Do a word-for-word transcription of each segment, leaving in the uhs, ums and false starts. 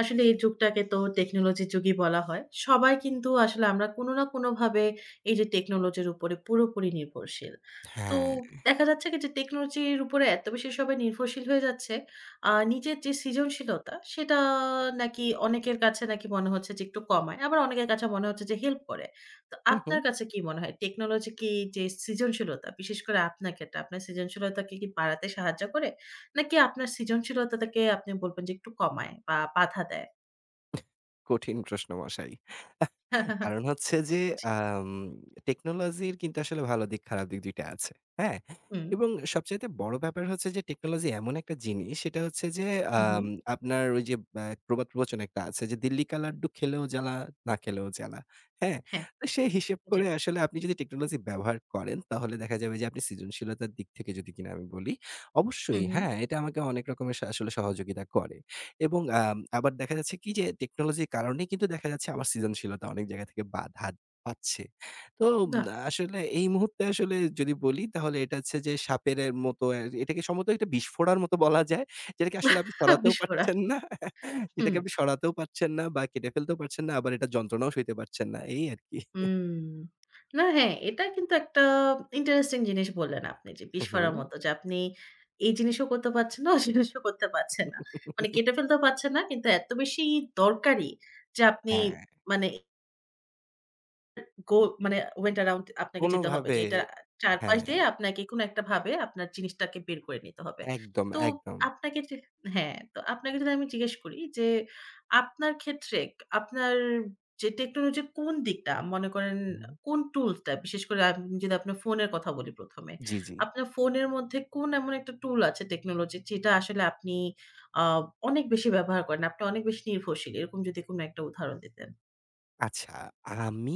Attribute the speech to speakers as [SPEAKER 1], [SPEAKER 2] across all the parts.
[SPEAKER 1] আসলে এই যুগটাকে তো টেকনোলজির যুগই বলা হয়। সবাই কিন্তু আসলে আমরা কোনো না কোনোভাবে এই যে টেকনোলজির উপরে পুরোপুরি নির্ভরশীল। তো
[SPEAKER 2] হ্যাঁ,
[SPEAKER 1] দেখা যাচ্ছে কি যে টেকনোলজির উপরে এত বেশি সবাই নির্ভরশীল হয়ে যাচ্ছে, আ নিজের যে সৃজনশীলতা সেটা নাকি অনেকের কাছে নাকি মনে হচ্ছে যে একটু কমায়। আবার অনেকের কাছে মনে হচ্ছে যে হেল্প করে। তো
[SPEAKER 2] হু, হু,
[SPEAKER 1] আপনার কাছে কি মনে হয় টেকনোলজি কি যে সৃজনশীলতা বিশেষ করে আপনার ক্ষেত্রে, আপনার সৃজনশীলতাকে কি বাড়াতে সাহায্য করে? নাকি আপনার সৃজনশীলতাটাকে আপনি বলবেন যে একটু কমায় বা বাধা দেয়?
[SPEAKER 2] কঠিন প্রশ্ন মশাই। কারণ হচ্ছে যে
[SPEAKER 1] জি।
[SPEAKER 2] আম টেকনোলজির কিন্তু আসলে ভালো দিক খারাপ দিক দুই টা আছে। হ্যাঁ?
[SPEAKER 1] হুম,
[SPEAKER 2] এবং সবচাইতে বড় ব্যাপার হচ্ছে যে টেকনোলজি এমন একটা জিনিস, সেটা হচ্ছে যে
[SPEAKER 1] হুম, হুম।
[SPEAKER 2] আম আপনার ওই যে আ প্রবাদ প্রবচন একটা আছে যে দিল্লি কা লাড্ডু খেলেও জ্বালা, না খেলেও জ্বালা। হ্যাঁ?
[SPEAKER 1] হ্যাঁ,
[SPEAKER 2] তো সেই হিসেব
[SPEAKER 1] জি।
[SPEAKER 2] করে আসলে আপনি যদি টেকনোলজি ব্যবহার করেন, তাহলে দেখা যাবে যে আপনি সৃজনশীলতার দিক থেকে যদি কিনা আমি বলি,
[SPEAKER 1] হুম,
[SPEAKER 2] অবশ্যই
[SPEAKER 1] হুম।
[SPEAKER 2] হ্যাঁ, এটা আমাকে অনেক রকমের সা আসলে সহযোগিতা করে। এবং আম আবার দেখা যাচ্ছে কি যে টেকনোলজির কারণেই কিন্তু দেখা যাচ্ছে আমার সৃজনশীলতা অনেক জায়গা থেকে বাধা পাচ্ছে। তো উম
[SPEAKER 1] বাহ!
[SPEAKER 2] আসলে এই মুহূর্তে আসলে যদি বলি, তাহলে এটা হচ্ছে যে সাপের এর মতো এ এটাকে সম্ভবত একটা বিষ ফোঁড়ার মতো বলা যায়। যেটাকে আসলে আপনি সরাতেও
[SPEAKER 1] বিস্ফোরা।
[SPEAKER 2] পারছেন না,
[SPEAKER 1] হুম,
[SPEAKER 2] এটাকে আপনি সরাতেও পারছেন না বা কেটে ফেলতেও পারছেন না, আবার এটা যন্ত্রণাও সইতে পারছেন না। এই আরকি।
[SPEAKER 1] হুম। না হ্যাঁ, এটা কিন্তু একটা ইন্টারেস্টিং জিনিস বললেন আপনি যে বিস্ফোরার
[SPEAKER 2] হুম।
[SPEAKER 1] মতো যে আপনি এই জিনিসও করতে পারছেন না, ওই জিনিসও করতে পারছেন না। মানে কেটে ফেলতেও পারছেন না কিন্তু এত বেশি দরকারি যে আপনি
[SPEAKER 2] হ্যাঁ,
[SPEAKER 1] মানে গো মানে went around আপনাকে যেতে হবে
[SPEAKER 2] কোনোভাবে।
[SPEAKER 1] যে এটার চারপাশ
[SPEAKER 2] হ্যাঁ,
[SPEAKER 1] দিয়ে আপনাকে কোনো একটা ভাবে আপনার জিনিসটাকে বের করে নিতে হবে।
[SPEAKER 2] একদম,
[SPEAKER 1] তো
[SPEAKER 2] একদম।
[SPEAKER 1] আপনাকে যে হ্যাঁ, তো আপনাকে যদি আমি জিজ্ঞেস করি যে আপনার ক্ষেত্রে আপনার যে টেকনোলজির কোন দিকটা মনে করেন
[SPEAKER 2] হুম।
[SPEAKER 1] কোন টুলসটা বিশেষ করে আপ যদি আপনার ফোনের কথা বলি প্রথমে।
[SPEAKER 2] জি, জি।
[SPEAKER 1] আপনার ফোনের মধ্যে কোন এমন একটা টুল আছে টেকনোলজির যেটা আসলে আপনি আ অনেক বেশি ব্যবহার করেন, আপনি অনেক বেশি নির্ভরশীল। এরকম যদি কোনো একটা উদাহরণ দিতেন?
[SPEAKER 2] আচ্ছা, আমি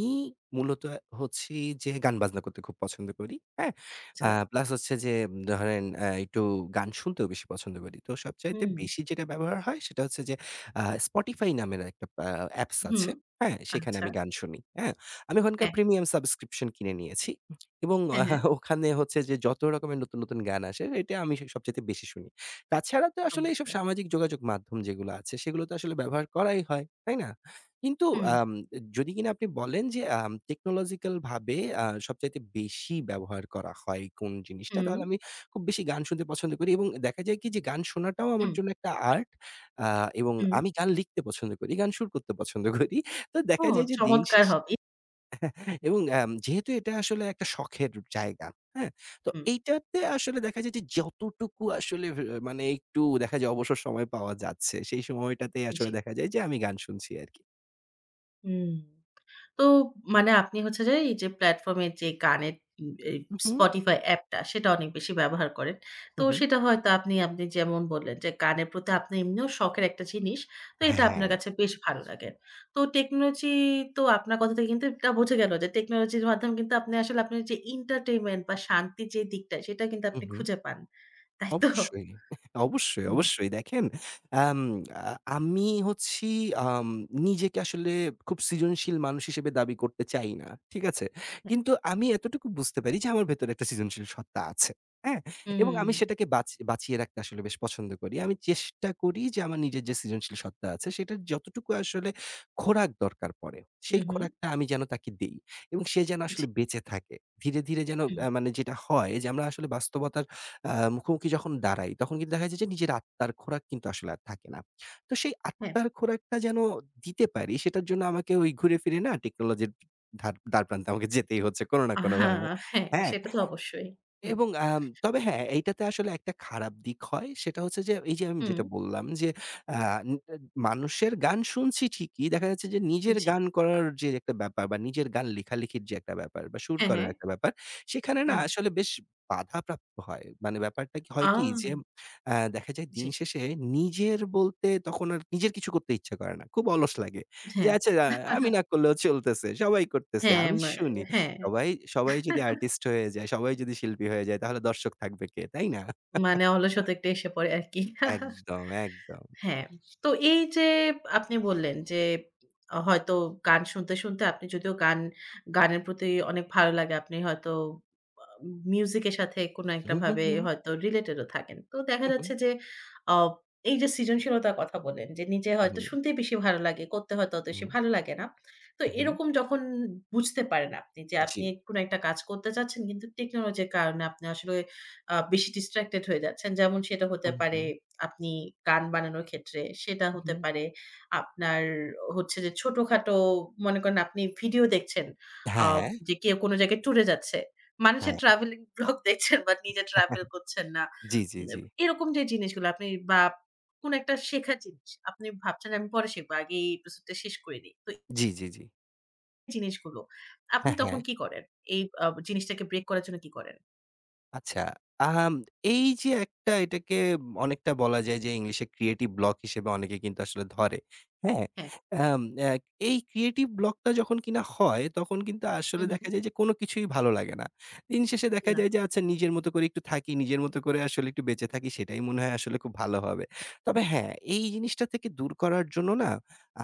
[SPEAKER 2] মূলত হচ্ছি যে গান-বাজনা করতে খুব পছন্দ করি। হ্যাঁ?
[SPEAKER 1] আচ্ছা।
[SPEAKER 2] আ প্লাস হচ্ছে যে উম, ধরেন আ একটু গান শুনতেও বেশি পছন্দ করি। তো সবচাইতে
[SPEAKER 1] হুম,
[SPEAKER 2] বেশি যেটা ব্যবহার হয় সেটা হচ্ছে যে আ Spotify নামের একটা আ অ্যাপস
[SPEAKER 1] হুম,
[SPEAKER 2] আছে। হ্যাঁ? সেখানে
[SPEAKER 1] আচ্ছা।
[SPEAKER 2] আমি গান শুনি। হ্যাঁ? আমি ওখানকার
[SPEAKER 1] হ্যাঁ,
[SPEAKER 2] প্রিমিয়াম সাবস্ক্রিপশন কিনে নিয়েছি এবং
[SPEAKER 1] হ্যাঁ,
[SPEAKER 2] আহ,
[SPEAKER 1] হ্যাঁ,
[SPEAKER 2] ওখানে হচ্ছে যে যত রকমের নতুন, নতুন গান আসে এটা আমি সবচাইতে বেশি শুনি। তাছাড়া তো আসলে এইসব
[SPEAKER 1] চমৎকার।
[SPEAKER 2] সামাজিক যোগাযোগ মাধ্যম যেগুলো আছে সেগুলো তো আসলে ব্যবহার করাই হয়। তাই না? কিন্তু
[SPEAKER 1] হুম,
[SPEAKER 2] আম যদি কিনা আপনি বলেন যে আম টেকনোলজিক্যাল ভাবে আ সবচাইতে বেশি ব্যবহার করা হয় কোন জিনিসটা?
[SPEAKER 1] হুম,
[SPEAKER 2] তাহলে আমি খুব বেশি গান শুনতে পছন্দ করি, এবং দেখা যায় কি যে গান শোনাটাও আমার
[SPEAKER 1] হুম,
[SPEAKER 2] জন্য একটা আর্ট। আ এবং
[SPEAKER 1] হুম।
[SPEAKER 2] আমি গান লিখতে পছন্দ করি, গান সুর করতে পছন্দ করি। তো
[SPEAKER 1] ও
[SPEAKER 2] দেখা যায় যে দিন
[SPEAKER 1] চমৎকার
[SPEAKER 2] শেষ।
[SPEAKER 1] হবি।
[SPEAKER 2] এবং আম যেহেতু এটা আসলে একটা শখের জায়গা, হ্যাঁ? তো
[SPEAKER 1] হুম,
[SPEAKER 2] এইটাতে আসলে দেখা যায় যে যতটুকু আসলে ভে মানে একটু দেখা যায় অবসর সময় পাওয়া যাচ্ছে, সেই সময়টাতেই
[SPEAKER 1] জি।
[SPEAKER 2] আসলে দেখা যায় যে আমি গান শুনছি আরকি।
[SPEAKER 1] হুম। তো মানে আপনি হচ্ছে যে এই যে প্ল্যাটফর্মের যে গানের উম এই
[SPEAKER 2] হু, হু,
[SPEAKER 1] Spotify অ্যাপটা সেটা অনেক বেশি ব্যবহার করেন।
[SPEAKER 2] হু,
[SPEAKER 1] তো
[SPEAKER 2] হু।
[SPEAKER 1] সেটা হয়তো আপনি, আপনি যেমন বললেন যে গানের প্রতি আপনার এমনিও শখের একটা জিনিস। তো এটা
[SPEAKER 2] হ্যাঁ।
[SPEAKER 1] আপনার কাছে বেশ ভালো লাগে। তো টেকনোলজি তো আপনার কথা থেকে কিন্তু এটা বোঝা গেল যে টেকনোলজির মাধ্যমে কিন্তু আপনি আসলে আপনার যে এন্টারটেইনমেন্ট বা শান্তির যে দিকটা সেটা কিন্তু
[SPEAKER 2] হুম,
[SPEAKER 1] আপনি
[SPEAKER 2] হুম।
[SPEAKER 1] খুঁজে পান। তাই তো?
[SPEAKER 2] অবশ্যই। অবশ্যই,
[SPEAKER 1] হুম।
[SPEAKER 2] অবশ্যই। দেখেন আম আ আমি হচ্ছি, আম নিজেকে আসলে খুব সৃজনশীল মানুষ হিসেবে দাবি করতে চাই না। ঠিক আছে? কিন্তু আমি এতটুকু বুঝতে পারি যে আমার ভেতরে একটা সৃজনশীল সত্তা আছে। হ্যাঁ? এবং
[SPEAKER 1] হুম,
[SPEAKER 2] আমি সেটাকে বাঁচ বাঁচিয়ে রাখতে আসলে বেশ পছন্দ করি। আমি চেষ্টা করি যে আমার নিজের যে সৃজনশীল সত্তা আছে সেটার যতটুকু আসলে খোরাক দরকার পড়ে,
[SPEAKER 1] হুম,
[SPEAKER 2] সেই
[SPEAKER 1] হুম,
[SPEAKER 2] খোরাকটা আমি যেন তাকে দেই। এবং সে যেন
[SPEAKER 1] জি,
[SPEAKER 2] আসলে বেঁচে থাকে। ধীরে, ধীরে যেন
[SPEAKER 1] হুম,
[SPEAKER 2] আ মানে যেটা হয় যে আমরা আসলে বাস্তবতা আ মুখোমুখি যখন দাঁড়াই, তখন কিন্তু দেখা যায় যে নিজের আত্মার খোরাক কিন্তু আসলে আর থাকে না। তো সেই
[SPEAKER 1] হ্যাঁ।
[SPEAKER 2] আত্মার খোরাকটা যেন দিতে পারি, সেটার জন্য আমাকে ওই ঘুরে ফিরে না টেকনোলজির ধার দ্বারপ্রান্তে আমাকে যেতেই হচ্ছে কোন না
[SPEAKER 1] আহা!
[SPEAKER 2] কোনভাবে।
[SPEAKER 1] হ্যাঁ,
[SPEAKER 2] হ্যাঁ,
[SPEAKER 1] সেটা তো অবশ্যই। হুম,
[SPEAKER 2] এবং আম তবে হ্যাঁ, এইটাতে আসলে একটা খারাপ দিক হয়। সেটা হচ্ছে যে এই যে আমি
[SPEAKER 1] হুম,
[SPEAKER 2] যেটা বললাম যে আ নি আ মানুষের গান শুনছি ঠিকই। দেখা যাচ্ছে যে নিজের
[SPEAKER 1] জি।
[SPEAKER 2] গান করার যে একটা ব্যাপার বা নিজের গান লেখালেখির যে একটা ব্যাপার বা সুর
[SPEAKER 1] হ্যাঁ,
[SPEAKER 2] করার
[SPEAKER 1] হ্যাঁ,
[SPEAKER 2] একটা ব্যাপার, সেখানে না
[SPEAKER 1] হুম।
[SPEAKER 2] আসলে বেশ বাধাপ্রাপ্ত হয়। মানে ব্যাপারটা কি হয়
[SPEAKER 1] আ
[SPEAKER 2] কি যে আ দেখা যায়
[SPEAKER 1] জি,
[SPEAKER 2] দিন শেষে নিজের বলতে তখন আর নিজের কিছু করতে ইচ্ছা করে না। খুব অলস লাগে। যে
[SPEAKER 1] হ্যাঁ।
[SPEAKER 2] আচ্ছা, আ আমি না করলেও চলতেছে। সবাই করতেছে।
[SPEAKER 1] হ্যাঁ,
[SPEAKER 2] আমি
[SPEAKER 1] মা
[SPEAKER 2] শুনি।
[SPEAKER 1] হ্যাঁ।
[SPEAKER 2] সবাই, সবাই যদি আর্টিস্ট হয়ে যায়, সবাই যদি শিল্পী হয়ে যায় তাহলে দর্শক থাকবে কে, তাই না?
[SPEAKER 1] মানে অলসতা একটা এসে পড়ে আরকি।
[SPEAKER 2] একদম, একদম।
[SPEAKER 1] হ্যাঁ, তো এই যে আপনি বললেন যে আ হয়তো গান শুনতে, শুনতে আপনি যদিও গান গানের প্রতি অনেক ভালো লাগে। আপনি হয়তো আ মিউজিকের সাথে কোনো একটা
[SPEAKER 2] হু, হু,
[SPEAKER 1] ভাবে
[SPEAKER 2] হু,
[SPEAKER 1] হয়তো রিলেটেড ও থাকেন। তো দেখা
[SPEAKER 2] হু, হু,
[SPEAKER 1] যাচ্ছে যে আ এই যে সৃজনশীলতার কথা বললেন যে নিজে
[SPEAKER 2] হু,
[SPEAKER 1] হয়তো শুনতেই বেশি ভালো লাগে, করতে হয়তো অত বেশি
[SPEAKER 2] হু,
[SPEAKER 1] ভালো লাগে না। তো
[SPEAKER 2] হু, হু,
[SPEAKER 1] এরকম যখন বুঝতে পারেন আপনি যে
[SPEAKER 2] জি।
[SPEAKER 1] আপনি কোনো একটা কাজ করতে চাচ্ছেন কিন্তু টেকনোলজির কারণে আপনি আসলে আ বেশি ডিস্ট্রাক্টেড হয়ে যাচ্ছেন। যেমন সেটা হতে
[SPEAKER 2] হু,
[SPEAKER 1] পারে
[SPEAKER 2] হু,
[SPEAKER 1] আপনি গান বানানোর ক্ষেত্রে সেটা হতে
[SPEAKER 2] হু,
[SPEAKER 1] পারে। আপনার হচ্ছে যে ছোটখাটো মনে করেন আপনি ভিডিও দেখছেন আ
[SPEAKER 2] হ্যাঁ,
[SPEAKER 1] যে কেউ কোন জায়গায় ট্যুরে যাচ্ছে। মানুষের
[SPEAKER 2] হ্যাঁ।
[SPEAKER 1] ট্রাভেলিং ব্লগ দেখছেন বাট নিজে ট্রাভেল করছেন না।
[SPEAKER 2] জি, জি,
[SPEAKER 1] উম
[SPEAKER 2] জি।
[SPEAKER 1] এরকম যে জিনিসগুলো আপনি বা কোন একটা শেখার জিনিস। আপনি ভাবছেন আমি পরে শিখব। আগে এই এপিসোডটা শেষ করে নেই। তো
[SPEAKER 2] জি, জি, জি।
[SPEAKER 1] এই জিনিসগুলো আপনি
[SPEAKER 2] হ্যাঁ,
[SPEAKER 1] তখন
[SPEAKER 2] হ্যাঁ।
[SPEAKER 1] কি করেন? এই আ জিনিসটাকে ব্রেক করার জন্য কি করেন?
[SPEAKER 2] আচ্ছা, আহাম এই যে একটা এটাকে অনেকটা বলা যায় যে ইংলিশে ক্রিয়েটিভ ব্লক হিসেবে অনেকে কিন্তু আসলে ধরে। হ্যাঁ?
[SPEAKER 1] হ্যাঁ।
[SPEAKER 2] আম অ্যা এই ক্রিয়েটিভ ব্লকটা যখন কিনা হয় তখন কিন্তু
[SPEAKER 1] হু,
[SPEAKER 2] আসলে
[SPEAKER 1] হু।
[SPEAKER 2] দেখা যায় যে কোন কিছুই ভালো লাগে না। দিন শেষে দেখা
[SPEAKER 1] না।
[SPEAKER 2] যায় যে আচ্ছা নিজের মতো করে একটু থাকি, নিজের মতো করে আসলে একটু বেঁচে থাকি সেটাই মনে হয় আসলে খুব ভালো হবে। তবে হ্যাঁ, এই জিনিসটা থেকে দূর করার জন্য না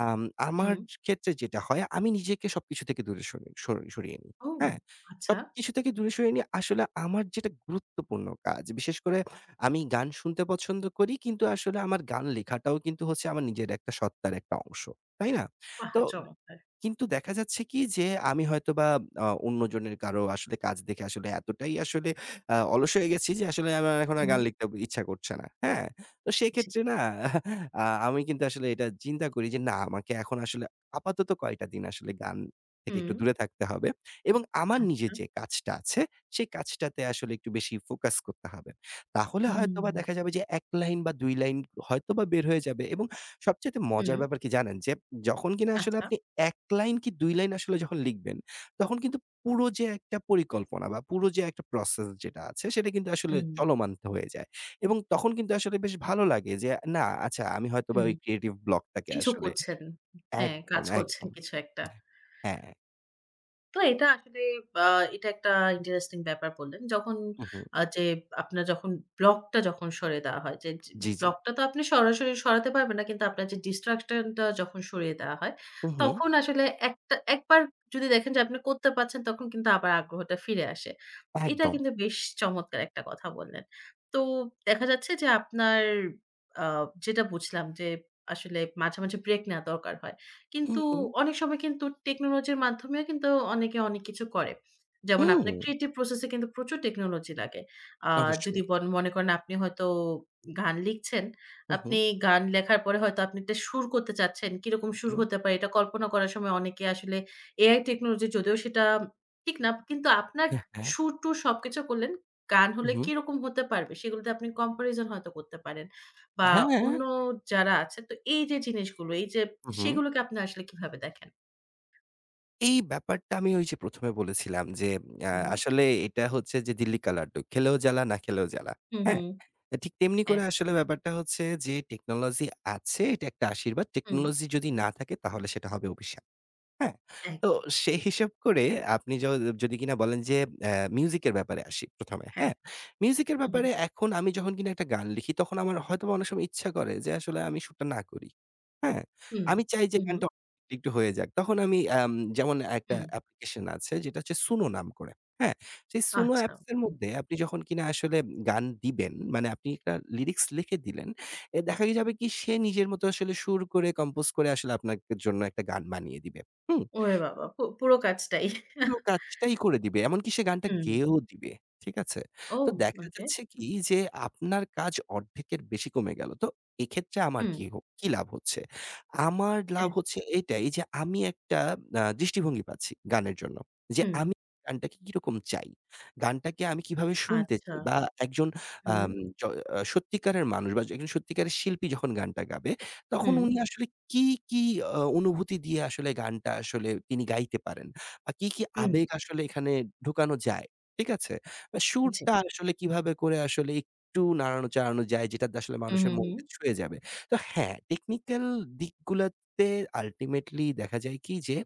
[SPEAKER 2] আম আমার
[SPEAKER 1] হুম।
[SPEAKER 2] ক্ষেত্রে যেটা হয়, আমি নিজেকে সবকিছু থেকে দূরে সরি সরি সরিয়ে নিই।
[SPEAKER 1] ও
[SPEAKER 2] হ্যাঁ?
[SPEAKER 1] আচ্ছা।
[SPEAKER 2] সবকিছু থেকে দূরে সরিয়ে নিয়ে আসলে আমার যেটা গুরুত্বপূর্ণ কাজ, বিশেষ করে আমি গান শুনতে পছন্দ করি কিন্তু আসলে আমার গান লেখাটাও কিন্তু হচ্ছে আমার নিজের একটা সত্তার একটা অংশ। তাই না?
[SPEAKER 1] বাহ!
[SPEAKER 2] তো
[SPEAKER 1] চমৎকার।
[SPEAKER 2] কিন্তু দেখা যাচ্ছে কি যে আমি হয়তোবা আ অন্যজনের কারো আসলে কাজ দেখে আসলে এতটাই আসলে আ অলস হয়ে গেছি যে আসলে আমার এখন
[SPEAKER 1] হু,
[SPEAKER 2] আর
[SPEAKER 1] হু।
[SPEAKER 2] গান লিখতে ইচ্ছা করছে না। হ্যাঁ? তো
[SPEAKER 1] জি।
[SPEAKER 2] সেক্ষেত্রে না আ আমি কিন্তু আসলে এটা চিন্তা করি যে না আমাকে এখন আসলে আপাতত কয়টা দিন আসলে গান থেকে
[SPEAKER 1] হুম,
[SPEAKER 2] একটু দূরে থাকতে হবে, এবং আমার নিজের
[SPEAKER 1] আচ্ছা।
[SPEAKER 2] যে কাজটা আছে সেই কাজটাতে আসলে একটু বেশি ফোকাস করতে হবে। তাহলে
[SPEAKER 1] হুম।
[SPEAKER 2] হয়তোবা দেখা যাবে যে এক লাইন বা দুই লাইন হয়তোবা বের হয়ে যাবে, এবং সবচাইতে মজার
[SPEAKER 1] হুম,
[SPEAKER 2] ব্যাপার কি জানেন? যে যখন কিনা আসলে
[SPEAKER 1] আচ্ছা।
[SPEAKER 2] আপনি এক লাইন কি দুই লাইন আসলে যখন লিখবেন, তখন কিন্তু পুরো যে একটা পরিকল্পনা বা পুরো যে একটা প্রসেস যেটা আছে সেটা কিন্তু আসলে
[SPEAKER 1] হুম,
[SPEAKER 2] চলমান হয়ে যায়। এবং তখন কিন্তু আসলে বেশ ভালো লাগে যে না আচ্ছা, আমি হয়তোবা
[SPEAKER 1] হুম।
[SPEAKER 2] ওই ক্রিয়েটিভ ব্লকটাকে
[SPEAKER 1] কিছু
[SPEAKER 2] আসলে
[SPEAKER 1] করছেন। হ্যাঁ,
[SPEAKER 2] একদম,
[SPEAKER 1] কাজ করছেন
[SPEAKER 2] একদম।
[SPEAKER 1] কিছু একটা।
[SPEAKER 2] হ্যাঁ,
[SPEAKER 1] তো এটা আসলে আ এটা একটা ইন্টারেস্টিং ব্যাপার বললেন। যখন
[SPEAKER 2] হুম, হুম।
[SPEAKER 1] আ যে আপনার যখন ব্লকটা যখন সরিয়ে দেওয়া হয় যে যে
[SPEAKER 2] জি, জি।
[SPEAKER 1] ব্লকটা তো আপনি সরাসরি সরাতে পারবেন না। কিন্তু আপনার যে ডিসট্রাকশন টা যখন সরিয়ে দেওয়া হয়,
[SPEAKER 2] হুম, হুম।
[SPEAKER 1] তখন আসলে একটা একবার যদি দেখেন যে আপনি করতে পারছেন তখন কিন্তু আবার আগ্রহটা ফিরে আসে। এটা
[SPEAKER 2] একদম।
[SPEAKER 1] কিন্তু বেশ চমৎকার একটা কথা বললেন। তো দেখা যাচ্ছে যে আপনার আ যেটা বুঝলাম যে আসলে মাঝে, মাঝে ব্রেক নেওয়া দরকার হয়। কিন্তু
[SPEAKER 2] হুম,
[SPEAKER 1] অনেক সময় কিন্তু টেকনোলজির মাধ্যমেও কিন্তু অনেকে অনেক কিছু করে। যেমন
[SPEAKER 2] হুম,
[SPEAKER 1] আপনার
[SPEAKER 2] হুম।
[SPEAKER 1] ক্রিয়েটিভ প্রসেস এ কিন্তু প্রচুর টেকনোলজি লাগে। আ যদি
[SPEAKER 2] অবশ্যই।
[SPEAKER 1] বন মনে করেন আপনি হয়তো গান লিখছেন,
[SPEAKER 2] হুম, হুম,
[SPEAKER 1] আপনি গান লেখার পরে হয়তো আপনি একটা সুর করতে চাচ্ছেন, কিরকম সুর
[SPEAKER 2] হুম।
[SPEAKER 1] হতে পারে এটা কল্পনা করার সময় অনেকে আসলে এআই টেকনোলজি যদিও সেটা ঠিক না, কিন্তু আপনার
[SPEAKER 2] হ্যাঁ, হ্যাঁ।
[SPEAKER 1] সুর-টুর সবকিছু করলেন। গান
[SPEAKER 2] হুম,
[SPEAKER 1] হলে
[SPEAKER 2] হুম।
[SPEAKER 1] কিরকম হতে পারবে সেগুলোতে আপনি কম্পারিজন হয়তো করতে পারেন বা
[SPEAKER 2] হ্যাঁ।
[SPEAKER 1] অন্য যারা আছে তো এই যে জিনিসগুলো এই যে
[SPEAKER 2] হুম, হুম।
[SPEAKER 1] সেগুলোকে আপনি আসলে কিভাবে দেখেন?
[SPEAKER 2] এই ব্যাপারটা আমি ওই যে প্রথম এ বলেছিলাম যে আ
[SPEAKER 1] হু, হু।
[SPEAKER 2] আসলে এটা হচ্ছে যে দিল্লি কালা আড্ডু। খেলেও জ্বালা, না খেলেও জ্বালা।
[SPEAKER 1] হুম,
[SPEAKER 2] হ্যাঁ?
[SPEAKER 1] হুম।
[SPEAKER 2] ঠিক তেমনি
[SPEAKER 1] হ্যাঁ।
[SPEAKER 2] করে আসলে ব্যাপারটা হচ্ছে যে টেকনোলজি আছে, এটা একটা আশীর্বাদ।
[SPEAKER 1] হুম।
[SPEAKER 2] টেকনোলজি যদি না থাকে তাহলে সেটা হবে অভিশাপ। হ্যাঁ,
[SPEAKER 1] একদম।
[SPEAKER 2] তো সেই হিসাব করে আপনি য যদি কিনা বলেন যে অ্যা মিউজিকের ব্যাপারে আসি প্রথম এ,
[SPEAKER 1] হ্যাঁ।
[SPEAKER 2] হ্যাঁ? মিউজিকের
[SPEAKER 1] হু, হু।
[SPEAKER 2] ব্যাপারে এখন আমি যখন কিনা একটা গান লিখি তখন আমার হয়তোবা অনেক সময় ইচ্ছা করে যে আসলে আমি সুরটা না করি। হ্যাঁ?
[SPEAKER 1] হুম।
[SPEAKER 2] আমি চাই
[SPEAKER 1] হু,
[SPEAKER 2] যে
[SPEAKER 1] হু।
[SPEAKER 2] গানটা একটু হয়ে যাক। তখন আমি আম যেমন একটা
[SPEAKER 1] হুম।
[SPEAKER 2] অ্যাপ্লিকেশন আছে যেটা হচ্ছে সুনো নাম করে, হ্যাঁ? সেই সুনো
[SPEAKER 1] আচ্ছা।
[SPEAKER 2] অ্যাপস এর
[SPEAKER 1] হু, হু।
[SPEAKER 2] মধ্যে আপনি যখন কিনা আসলে গান দিবেন, মানে আপনি একটা লিরিক্স লিখে দিলেন, এ দেখা যাবে কি সে নিজের মতো আসলে সুর করে কম্পোজ করে আসলে আপনার জন্য একটা গান বানিয়ে দিবে। হুম,
[SPEAKER 1] ওরে বাবা! পু পুরো কাজটাই।
[SPEAKER 2] পুরো কাজটাই করে দিবে। এমনকি সে গানটা
[SPEAKER 1] হুম।
[SPEAKER 2] গেয়েও দিবে। ঠিক আছে?
[SPEAKER 1] ও
[SPEAKER 2] তো দেখা
[SPEAKER 1] ওকে।
[SPEAKER 2] যাচ্ছে কি যে আপনার কাজ অর্ধেকের বেশি কমে গেল। তো এক্ষেত্রে আমার
[SPEAKER 1] হুম।
[SPEAKER 2] কি হ কি লাভ হচ্ছে? আমার লাভ
[SPEAKER 1] হ্যাঁ।
[SPEAKER 2] হচ্ছে এটাই যে আমি একটা আ দৃষ্টিভঙ্গি পাচ্ছি গানের জন্য। যে
[SPEAKER 1] হুম।
[SPEAKER 2] আমি গানটাকে কিরকম চাই? গানটাকে আমি কিভাবে শুনতে
[SPEAKER 1] আচ্ছা।
[SPEAKER 2] চাই? বা একজন
[SPEAKER 1] হুম,
[SPEAKER 2] আম জ আ সত্যিকারের মানুষ বা একজন সত্যিকারের শিল্পী যখন গানটা গাবে, তখন
[SPEAKER 1] হুম,
[SPEAKER 2] উনি আসলে কি, কি আ অনুভূতি দিয়ে আসলে গানটা আসলে তিনি গাইতে পারেন? বা কি, কি
[SPEAKER 1] হুম।
[SPEAKER 2] আবেগ আসলে এখানে ঢোকানো যায়, ঠিক আছে? বা
[SPEAKER 1] জি।
[SPEAKER 2] সুরটা আসলে কিভাবে করে আসলে একটু নাড়ানো চাড়ানো যায় যেটাতে আসলে
[SPEAKER 1] হুম,
[SPEAKER 2] মানুষের
[SPEAKER 1] হুম, হুম।
[SPEAKER 2] মনকে ছুঁয়ে যাবে। তো হ্যাঁ, টেকনিক্যাল দিকগুলাতে আল্টিমেটলি দেখা যায় কি যে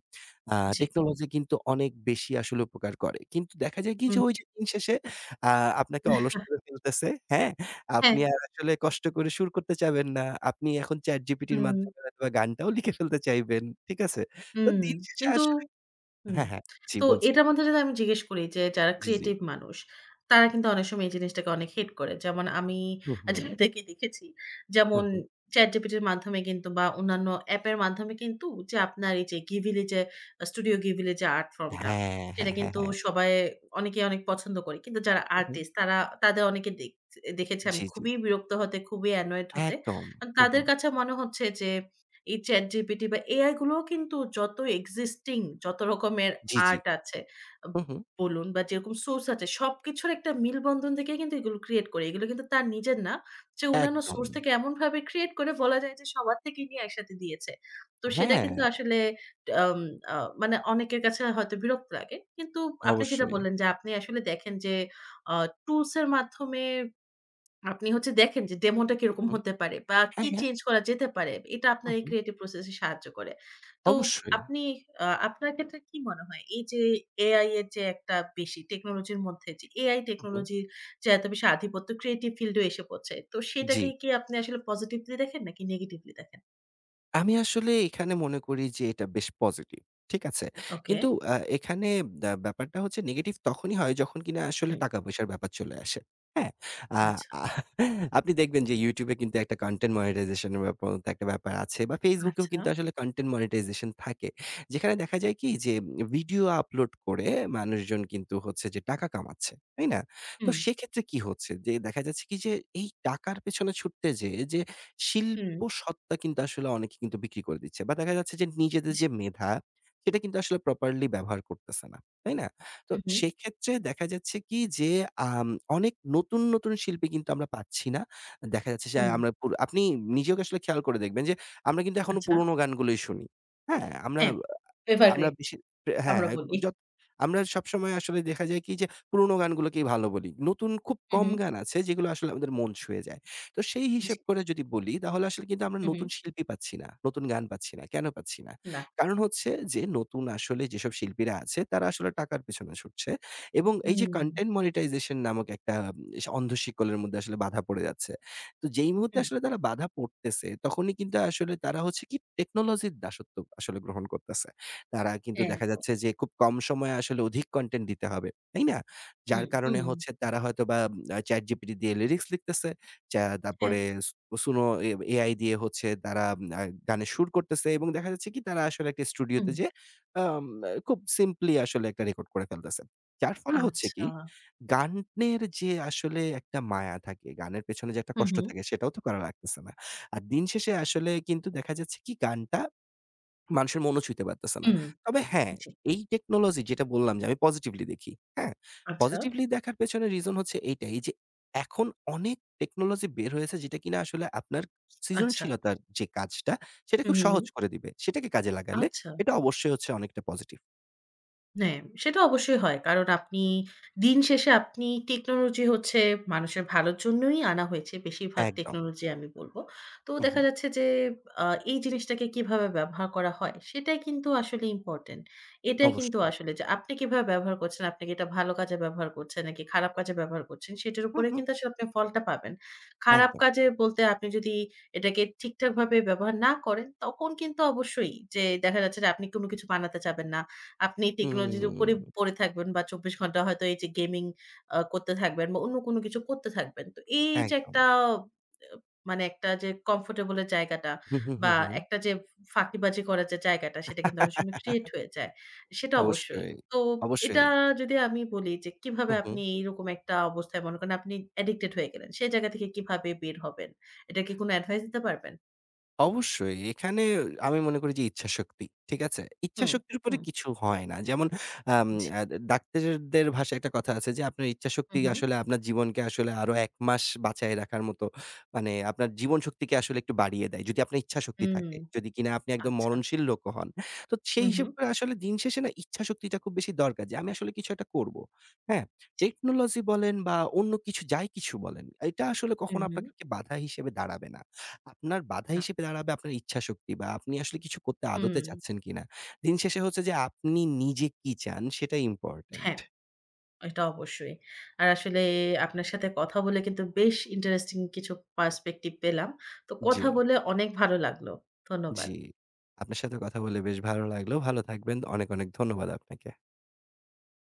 [SPEAKER 2] আ
[SPEAKER 1] জি।
[SPEAKER 2] টেকনোলজি কিন্তু অনেক বেশি আসলে উপকার করে। কিন্তু দেখা যায় কি যে
[SPEAKER 1] হুম।
[SPEAKER 2] ওই যে দিন শেষে আ আপনাকে অলস করে ফেলতেছে, হ্যাঁ?
[SPEAKER 1] হ্যাঁ।
[SPEAKER 2] আপনি আর আসলে কষ্ট করে সুর করতে চাবেন না। আপনি এখন ChatGPT-র
[SPEAKER 1] হুম,
[SPEAKER 2] মাধ্যমে হয়তোবা গানটাও লিখে ফেলতে চাইবেন, ঠিক আছে? তো
[SPEAKER 1] হুম।
[SPEAKER 2] দিন শেষে
[SPEAKER 1] কিন্তু
[SPEAKER 2] আসলে
[SPEAKER 1] হুম।
[SPEAKER 2] হ্যাঁ, হ্যাঁ। জি
[SPEAKER 1] তো
[SPEAKER 2] বলছি।
[SPEAKER 1] এটার মধ্যে যদি আমি জিজ্ঞেস করি যে যারা
[SPEAKER 2] জি, জি।
[SPEAKER 1] ক্রিয়েটিভ মানুষ, তারা কিন্তু অনেক সময় এই জিনিসটাকে অনেক হেট করে। যেমন আমি
[SPEAKER 2] হুম,
[SPEAKER 1] আ
[SPEAKER 2] হুম,
[SPEAKER 1] যাদেরকে দেখেছি, যেমন
[SPEAKER 2] হুম, হুম।
[SPEAKER 1] ChatGPT এর মাধ্যমে কিন্তু বা অন্যান্য অ্যাপের মাধ্যমে কিন্তু যে আপনার এই যে Givili যে আ Studio Givili যে আর্ট ফর্মটা,
[SPEAKER 2] হ্যাঁ,
[SPEAKER 1] সেটা
[SPEAKER 2] হ্যাঁ, হ্যাঁ,
[SPEAKER 1] কিন্তু
[SPEAKER 2] হ্যাঁ।
[SPEAKER 1] সবাই অনেকেই অনেক পছন্দ করে। কিন্তু যারা
[SPEAKER 2] হুম, হুম।
[SPEAKER 1] আর্টিস্ট তারা তাদের অনেকে দেখ দেখেছি আমি
[SPEAKER 2] জি, জি।
[SPEAKER 1] খুবই বিরক্ত হতে, খুবই অ্যানয়েড হতে।
[SPEAKER 2] একদম।
[SPEAKER 1] কারণ
[SPEAKER 2] হুম,
[SPEAKER 1] তাদের
[SPEAKER 2] হুম।
[SPEAKER 1] কাছে মনে হচ্ছে যে এই ChatGPT বা এ আই গুলোও কিন্তু যত existing যত রকমের
[SPEAKER 2] জি, জি।
[SPEAKER 1] আর্ট আছে আ
[SPEAKER 2] হুম, হুম।
[SPEAKER 1] বলুন বা যেরকম সোর্স আছে সবকিছুর একটা মিলবন্ধন থেকে কিন্তু এগুলো ক্রিয়েট করে। এগুলো কিন্তু তার নিজের না। সে অন্যান্য
[SPEAKER 2] একদম।
[SPEAKER 1] সোর্স থেকে এমনভাবে ক্রিয়েট করে বলা যায় যে সবার থেকেই নিয়ে একসাথে দিয়েছে। তো সেটা
[SPEAKER 2] হ্যাঁ,
[SPEAKER 1] কিন্তু আসলে আম আ মানে অনেকের কাছে হয়তো বিরক্ত লাগে। কিন্তু আপনি যেটা
[SPEAKER 2] অবশ্যই।
[SPEAKER 1] বললেন যে আপনি আসলে দেখেন যে আ টুলস এর মাধ্যমে আপনি হচ্ছে দেখেন যে ডেমোটা
[SPEAKER 2] হুম,
[SPEAKER 1] কিরকম
[SPEAKER 2] হুম।
[SPEAKER 1] হতে পারে বা
[SPEAKER 2] হ্যাঁ,
[SPEAKER 1] কি
[SPEAKER 2] হ্যাঁ।
[SPEAKER 1] চেঞ্জ করা যেতে পারে। এটা আপনার
[SPEAKER 2] হুম,
[SPEAKER 1] এই
[SPEAKER 2] হুম।
[SPEAKER 1] ক্রিয়েটিভ প্রসেস এ সাহায্য করে। তো
[SPEAKER 2] অবশ্যই।
[SPEAKER 1] আপনি আ আপনার ক্ষেত্রে কি মনে হয় এই যে এআই এর যে একটা বেশি টেকনোলজির মধ্যে যে এআই
[SPEAKER 2] হুম, হুম।
[SPEAKER 1] টেকনোলজির যে এত বেশি আধিপত্য ক্রিয়েটিভ ফিল্ড এও এসে পড়ছে। তো
[SPEAKER 2] জি।
[SPEAKER 1] সেটাকে কি আপনি আসলে পজিটিভলি দেখেন নাকি নেগেটিভলি দেখেন?
[SPEAKER 2] আমি আসলে এখানে মনে করি যে এটা বেশ পজিটিভ। ঠিক আছে?
[SPEAKER 1] ওকে।
[SPEAKER 2] কিন্তু আ এখানে ব্যা ব্যাপারটা হচ্ছে নেগেটিভ তখনই হয় যখন কিনা আসলে
[SPEAKER 1] হুম।
[SPEAKER 2] টাকা-পয়সার ব্যাপার চলে আসে। হ্যাঁ? আ
[SPEAKER 1] আচ্ছা,
[SPEAKER 2] আপনি দেখবেন যে YouTube এ কিন্তু একটা কনটেন্ট মনিটাইজেশন এর ব্যাপার মতো একটা ব্যাপার আছে বা Facebook এও
[SPEAKER 1] আচ্ছা।
[SPEAKER 2] কিন্তু আসলে কনটেন্ট মনিটাইজেশন থাকে। যেখানে দেখা যায় কি যে ভিডিও আপলোড করে মানুষজন কিন্তু হচ্ছে যে টাকা কামাচ্ছে। তাই না? তো
[SPEAKER 1] হুম,
[SPEAKER 2] সেক্ষেত্রে কি হচ্ছে? যে দেখা যাচ্ছে কি যে এই টাকার পেছনে ছুটতে যেয়ে যে শিল
[SPEAKER 1] হুম,
[SPEAKER 2] ও সত্ত্বা কিন্তু আসলে অনেকে কিন্তু বিক্রি করে দিচ্ছে বা দেখা যাচ্ছে যে নিজেদের
[SPEAKER 1] জি।
[SPEAKER 2] যে মেধা সেটা কিন্তু আসলে প্রপারলি ব্যবহার করতেছে না, তাই না? তো
[SPEAKER 1] হু, হু,
[SPEAKER 2] সেক্ষেত্রে দেখা যাচ্ছে কি যে আম অনেক নতুন, নতুন শিল্পী কিন্তু আমরা পাচ্ছি না। দেখা যাচ্ছে যে
[SPEAKER 1] হুম,
[SPEAKER 2] আমরা পুর আপনি নিজেও আসলে খেয়াল করে দেখবেন যে আমরা কিন্তু এখনো
[SPEAKER 1] আচ্ছা।
[SPEAKER 2] পুরোনো গানগুলোই শুনি। হ্যাঁ? আমরা
[SPEAKER 1] হ্যাঁ,
[SPEAKER 2] আমরা
[SPEAKER 1] এভারগ্রিন
[SPEAKER 2] বেশি হ্যাঁ,
[SPEAKER 1] আমরা বলি।
[SPEAKER 2] যত আমরা সবসময় আসলে দেখা যায় কি যে পুরোনো গানগুলোকেই ভালো বলি। নতুন খুব
[SPEAKER 1] হু,
[SPEAKER 2] কম
[SPEAKER 1] হু,
[SPEAKER 2] গান আছে যেগুলো আসলে আমাদের মন ছুঁয়ে যায়। তো সেই
[SPEAKER 1] জি।
[SPEAKER 2] হিসেব করে যদি বলি তাহলে আসলে কিন্তু আমরা
[SPEAKER 1] হু, হু,
[SPEAKER 2] নতুন শিল্পী পাচ্ছি না। নতুন গান পাচ্ছি না। কেন পাচ্ছি না?
[SPEAKER 1] না।
[SPEAKER 2] কারণ হচ্ছে যে নতুন আসলে যেসব শিল্পীরা আছে তারা আসলে টাকার পেছনে ছুটছে এবং এই যে
[SPEAKER 1] হুম।
[SPEAKER 2] কনটেন্ট মনিটাইজেশন নামক একটা উম, অন্ধ শিকলের মধ্যে আসলে বাধা পড়ে যাচ্ছে। তো যেই মুহূর্তে আসলে তারা বাধা পড়তেছে তখনই কিন্তু আসলে তারা হচ্ছে কি টেকনোলজির দাসত্ব আসলে গ্রহণ করতেছে। তারা কিন্তু দেখা
[SPEAKER 1] একদম।
[SPEAKER 2] যাচ্ছে যে খুব কম সময়ে আসলে অধিক কনটেন্ট দিতে হবে। তাই না? যার
[SPEAKER 1] হুম,
[SPEAKER 2] কারণে
[SPEAKER 1] হুম,
[SPEAKER 2] হচ্ছে তারা হয়তোবা আ ChatGPT দিয়ে লিরিক্স লিখতেছে। চা
[SPEAKER 1] হ্যাঁ,
[SPEAKER 2] তারপরে সু সুনো এ AI দিয়ে হচ্ছে তারা আ গানের সুর করতেছে এবং দেখা যাচ্ছে কি তারা আসলে একটা
[SPEAKER 1] হুম।
[SPEAKER 2] স্টুডিওতে যেয়ে আম খুব সিম্পলি আসলে একটা রেকর্ড করে ফেলতেছে। যার ফলে হচ্ছে
[SPEAKER 1] আচ্ছা।
[SPEAKER 2] কি গানের যে আসলে একটা মায়া থাকে, গানের পেছনে যে একটা
[SPEAKER 1] হুম,
[SPEAKER 2] কষ্ট
[SPEAKER 1] হুম,
[SPEAKER 2] থাকে সেটাও তো করা লাগতেছে না। আর দিন শেষে আসলে কিন্তু দেখা যাচ্ছে কি গানটা মানুষের মনও ছুঁইতে পারতেছে না।
[SPEAKER 1] হুম।
[SPEAKER 2] তবে হ্যাঁ,
[SPEAKER 1] জি।
[SPEAKER 2] এই টেকনোলজি যেটা বললাম যে আমি পজিটিভলি দেখি, হ্যাঁ?
[SPEAKER 1] আচ্ছা,
[SPEAKER 2] পজিটিভলি দেখার পেছনে রিজন হচ্ছে এইটাই যে এখন অনেক টেকনোলজি বের হয়েছে যেটা কিনা আসলে আপনার
[SPEAKER 1] আচ্ছা।
[SPEAKER 2] সৃজনশীলতার যে কাজটা সেটা
[SPEAKER 1] হুম,
[SPEAKER 2] খুব
[SPEAKER 1] হুম, হুম।
[SPEAKER 2] সহজ করে দিবে। সেটাকে কাজে লাগালে
[SPEAKER 1] আচ্ছা।
[SPEAKER 2] এটা অবশ্যই হচ্ছে অনেকটা পজিটিভ।
[SPEAKER 1] হ্যাঁ, সেটা অবশ্যই হয়। কারণ আপনি দিন শেষে আপনি টেকনোলজি হচ্ছে মানুষের ভালোর জন্যই আনা হয়েছে। বেশিরভাগ
[SPEAKER 2] একদম।
[SPEAKER 1] টেকনোলজি আমি বলব। তো
[SPEAKER 2] হু, হু,
[SPEAKER 1] দেখা যাচ্ছে যে আ এই জিনিসটাকে কিভাবে ব্যবহার করা হয় সেটাই কিন্তু আসলে ইম্পোর্টেন্ট। এটাই কিন্তু
[SPEAKER 2] অবশ্যই।
[SPEAKER 1] আসলে যে আপনি কিভাবে ব্যবহার করছেন, আপনি কি এটা ভালো কাজে ব্যবহার করছেন নাকি খারাপ কাজে ব্যবহার করছেন সেটার
[SPEAKER 2] হু,
[SPEAKER 1] উপরে
[SPEAKER 2] হু,
[SPEAKER 1] কিন্তু আসলে আপনি ফলটা পাবেন। খারাপ
[SPEAKER 2] একদম।
[SPEAKER 1] কাজে বলতে আপনি যদি এটাকে ঠিকঠাকভাবে ব্যবহার না করেন তখন কিন্তু অবশ্যই যে দেখা যাচ্ছে যে আপনি কোনো কিছু বানাতে চাবেন না। আপনি টেকনোলজির
[SPEAKER 2] হুম,
[SPEAKER 1] উপরেই পড়ে থাকবেন বা চব্বিশ ঘন্টা হয়তো এই যে গেমিং আ করতে থাকবেন বা অন্য কোনো কিছু করতে থাকবেন। তো এই যে
[SPEAKER 2] একদম।
[SPEAKER 1] একটা আ মানে একটা যে কমফোর্টেবল এর জায়গাটা
[SPEAKER 2] হু, হু, হু,
[SPEAKER 1] বা
[SPEAKER 2] হু।
[SPEAKER 1] একটা যে ফাঁকিবাজি করার যে জায়গাটা সেটা কিন্তু অনেক সময় ক্রিয়েট হয়ে যায়। সেটা অবশ্যই।
[SPEAKER 2] অবশ্যই,
[SPEAKER 1] তো এটা
[SPEAKER 2] অবশ্যই।
[SPEAKER 1] যদি আমি বলি যে
[SPEAKER 2] হু,
[SPEAKER 1] কিভাবে
[SPEAKER 2] হু।
[SPEAKER 1] আপনি এইরকম একটা অবস্থায় মনে করেন আপনি অ্যাডিক্টেড হয়ে গেলেন। সেই জায়গা থেকে কিভাবে বের হবেন? এটা কি কোনো অ্যাডভাইস দিতে পারবেন?
[SPEAKER 2] অবশ্যই। এখানে আমি মনে করি যে ইচ্ছাশক্তি। ঠিক আছে?
[SPEAKER 1] হুম,
[SPEAKER 2] ইচ্ছাশক্তির উপরে
[SPEAKER 1] হুম,
[SPEAKER 2] কিছু হয় না। যেমন আম
[SPEAKER 1] জি।
[SPEAKER 2] আ ডাক্তারদের ভাষায় একটা কথা আছে যে, আপনার
[SPEAKER 1] হু,
[SPEAKER 2] ইচ্ছাশক্তি
[SPEAKER 1] হু।
[SPEAKER 2] আসলে আপনার জীবনকে আসলে আরো এক মাস বাঁচায় রাখার মতো, মানে আপনার জীবনশক্তিকে আসলে একটু বাড়িয়ে দেয়। যদি আপনার ইচ্ছাশক্তি
[SPEAKER 1] হুম,
[SPEAKER 2] থাকে। যদি কিনা আপনি একদম
[SPEAKER 1] আচ্ছা।
[SPEAKER 2] মরণশীল লোকও হন। তো
[SPEAKER 1] হু,
[SPEAKER 2] সেই
[SPEAKER 1] হু।
[SPEAKER 2] হিসেব করে আসলে দিন শেষে না ইচ্ছাশক্তিটা খুব বেশি দরকার যে, আমি আসলে কিছু একটা করব। হ্যাঁ?
[SPEAKER 1] জি।
[SPEAKER 2] টেকনোলজি বলেন বা অন্য কিছু যাই কিছু বলেন, এটা আসলে
[SPEAKER 1] হু,
[SPEAKER 2] কখনো
[SPEAKER 1] হু।
[SPEAKER 2] আপনাকে বাধা হিসেবে দাঁড়াবে না। আপনার বাধা
[SPEAKER 1] না।
[SPEAKER 2] হিসেবে দাঁড়াবে আপনার ইচ্ছাশক্তি বা আপনি আসলে কিছু করতে
[SPEAKER 1] হুম,
[SPEAKER 2] আদতে চাচ্ছেন কিনা। দিন শেষে হচ্ছে যে আপনি নিজে কি চান সেটাই ইম্পোর্টেন্ট।
[SPEAKER 1] হ্যাঁ, এটা অবশ্যই। আর আসলে আপনার সাথে কথা বলে কিন্তু বেশ ইন্টারেস্টিং কিছু পার্সপেক্টিভ পেলাম। তো
[SPEAKER 2] জি,
[SPEAKER 1] কথা বলে অনেক ভালো লাগলো। ধন্যবাদ।
[SPEAKER 2] জি। আপনার সাথে কথা বলে বেশ ভালো লাগলো। ভালো থাকবেন। অনেক, অনেক ধন্যবাদ আপনাকে।